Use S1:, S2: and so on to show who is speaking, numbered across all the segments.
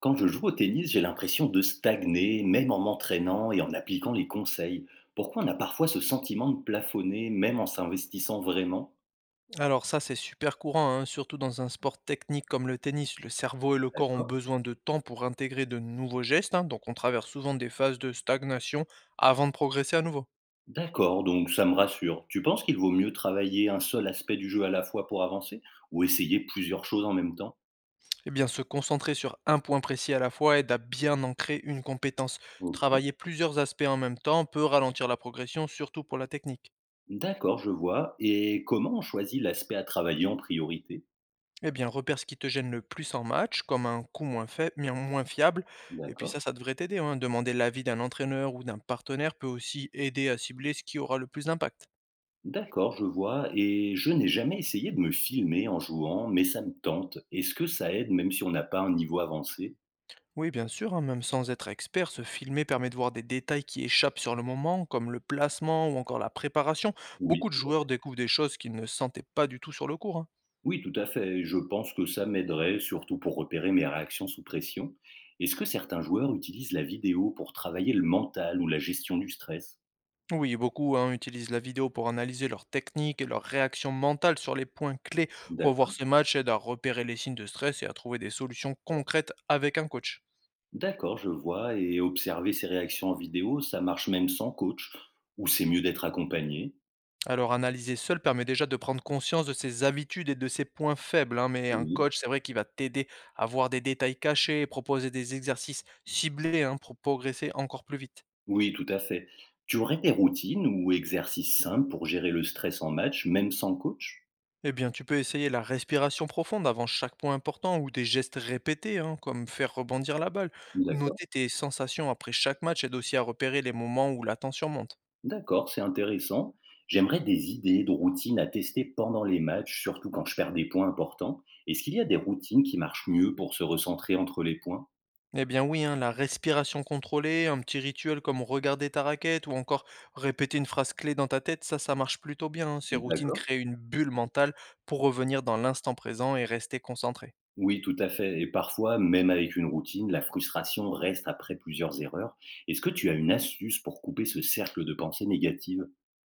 S1: Quand je joue au tennis, j'ai l'impression de stagner, même en m'entraînant et en appliquant les conseils. Pourquoi on a parfois ce sentiment de plafonner, même en s'investissant vraiment?
S2: Alors ça, c'est super courant, hein, surtout dans un sport technique comme le tennis. Le cerveau et le corps ont
S1: D'accord.
S2: besoin de temps pour intégrer de nouveaux gestes, hein, donc on traverse souvent des phases de stagnation avant de progresser à nouveau.
S1: D'accord, donc ça me rassure. Tu penses qu'il vaut mieux travailler un seul aspect du jeu à la fois pour avancer ou essayer plusieurs choses en même temps?
S2: Eh bien, se concentrer sur un point précis à la fois aide à bien ancrer une compétence.
S1: Ok.
S2: Travailler plusieurs aspects en même temps peut ralentir la progression, surtout pour la technique.
S1: D'accord, je vois. Et comment on choisit l'aspect à travailler en priorité?
S2: Eh bien, repère ce qui te gêne le plus en match, comme un coup moins, faible, moins fiable, et puis
S1: D'accord.
S2: ça devrait t'aider, hein. Demander l'avis d'un entraîneur ou d'un partenaire peut aussi aider à cibler ce qui aura le plus d'impact.
S1: D'accord, je vois. Et je n'ai jamais essayé de me filmer en jouant, mais ça me tente. Est-ce que ça aide même si on n'a pas un niveau avancé?
S2: Oui, bien sûr, hein, même sans être expert, se filmer permet de voir des détails qui échappent sur le moment, comme le placement ou encore la préparation.
S1: Oui,
S2: Beaucoup de joueurs découvrent des choses qu'ils ne sentaient pas du tout sur le cours, hein.
S1: oui, tout à fait. Je pense que ça m'aiderait, surtout pour repérer mes réactions sous pression. Est-ce que certains joueurs utilisent la vidéo pour travailler le mental ou la gestion du stress?
S2: Oui, beaucoup hein, utilisent la vidéo pour analyser leurs techniques et leurs réactions mentales sur les points clés.
S1: D'ac-
S2: Revoir ces matchs aide à repérer les signes de stress et à trouver des solutions concrètes avec un coach.
S1: D'accord, je vois. Et observer ces réactions en vidéo, ça marche même sans coach, ou c'est mieux d'être accompagné?
S2: Alors analyser seul permet déjà de prendre conscience de ses habitudes et de ses points faibles, hein, mais un
S1: Oui.
S2: coach, c'est vrai qu'il va t'aider à voir des détails cachés et proposer des exercices ciblés hein, pour progresser encore plus vite.
S1: Oui, tout à fait. Tu aurais des routines ou exercices simples pour gérer le stress en match, même sans coach?
S2: Eh bien, tu peux essayer la respiration profonde avant chaque point important ou des gestes répétés, hein, comme faire rebondir la balle.
S1: D'accord.
S2: Noter tes sensations après chaque match aide aussi à repérer les moments où la tension monte.
S1: D'accord, c'est intéressant. J'aimerais des idées de routines à tester pendant les matchs, surtout quand je perds des points importants. Est-ce qu'il y a des routines qui marchent mieux pour se recentrer entre les points?
S2: Eh bien oui, hein, la respiration contrôlée, un petit rituel comme regarder ta raquette ou encore répéter une phrase clé dans ta tête, ça marche plutôt bien, hein. Ces routines
S1: D'accord.
S2: créent une bulle mentale pour revenir dans l'instant présent et rester concentré.
S1: Oui, tout à fait. Et parfois, même avec une routine, la frustration reste après plusieurs erreurs. Est-ce que tu as une astuce pour couper ce cercle de pensée négative?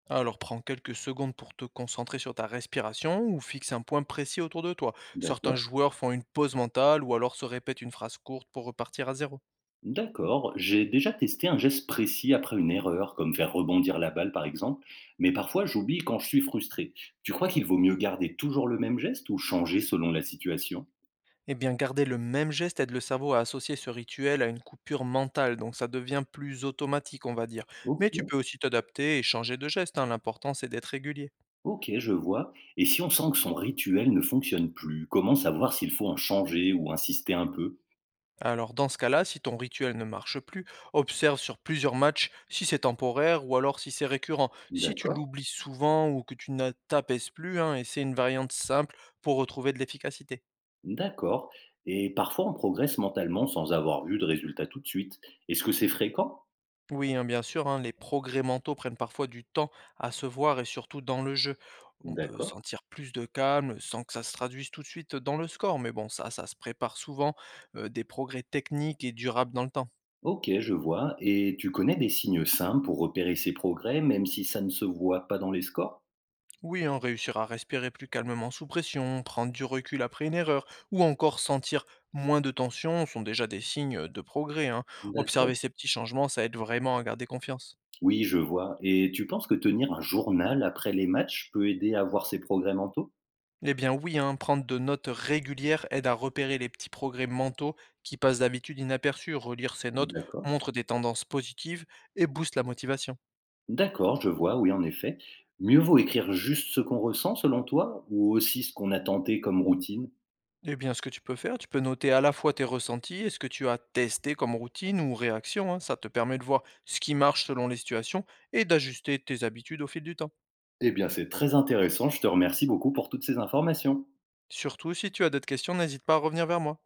S2: Alors prends quelques secondes pour te concentrer sur ta respiration ou fixe un point précis autour de toi. Certains
S1: D'accord.
S2: joueurs font une pause mentale ou alors se répètent une phrase courte pour repartir à zéro.
S1: D'accord, j'ai déjà testé un geste précis après une erreur, comme faire rebondir la balle par exemple, mais parfois j'oublie quand je suis frustré. Tu crois qu'il vaut mieux garder toujours le même geste ou changer selon la situation?
S2: Eh bien, garder le même geste aide le cerveau à associer ce rituel à une coupure mentale, donc ça devient plus automatique, on va dire.
S1: Ok,
S2: Mais tu peux aussi t'adapter et changer de geste, hein, l'important c'est d'être régulier.
S1: ok, je vois. Et si on sent que son rituel ne fonctionne plus, comment savoir s'il faut en changer ou insister un peu?
S2: Alors dans ce cas-là, si ton rituel ne marche plus, observe sur plusieurs matchs si c'est temporaire ou alors si c'est récurrent. Si tu
S1: D'accord.
S2: l'oublies souvent ou que tu ne t'apaises plus, hein, essaie une variante simple pour retrouver de l'efficacité.
S1: D'accord. Et parfois on progresse mentalement sans avoir vu de résultat tout de suite. Est-ce que c'est fréquent?
S2: Oui, hein, bien sûr, hein, les progrès mentaux prennent parfois du temps à se voir et surtout dans le jeu. On peut
S1: D'accord.
S2: sentir plus de calme sans que ça se traduise tout de suite dans le score, mais bon, ça se prépare souvent, des progrès techniques et durables dans le temps.
S1: Ok, je vois. Et tu connais des signes simples pour repérer ses progrès, même si ça ne se voit pas dans les scores?
S2: Oui, hein, réussir à respirer plus calmement sous pression, prendre du recul après une erreur, ou encore sentir moins de tension sont déjà des signes de progrès, hein.
S1: D'accord.
S2: Observer ces petits changements, ça aide vraiment à garder confiance.
S1: Oui, je vois. Et tu penses que tenir un journal après les matchs peut aider à voir ses progrès mentaux?
S2: Eh bien oui, hein, prendre de notes régulières aide à repérer les petits progrès mentaux qui passent d'habitude inaperçus. Relire ces notes
S1: D'accord.
S2: montre des tendances positives et booste la motivation.
S1: D'accord, je vois, oui, en effet. Mieux vaut écrire juste ce qu'on ressent, selon toi, ou aussi ce qu'on a tenté comme routine?
S2: Eh bien, ce que tu peux faire, tu peux noter à la fois tes ressentis et ce que tu as testé comme routine ou réaction, hein. Ça te permet de voir ce qui marche selon les situations et d'ajuster tes habitudes au fil du temps.
S1: Eh bien, c'est très intéressant. Je te remercie beaucoup pour toutes ces informations.
S2: Surtout, si tu as d'autres questions, n'hésite pas à revenir vers moi.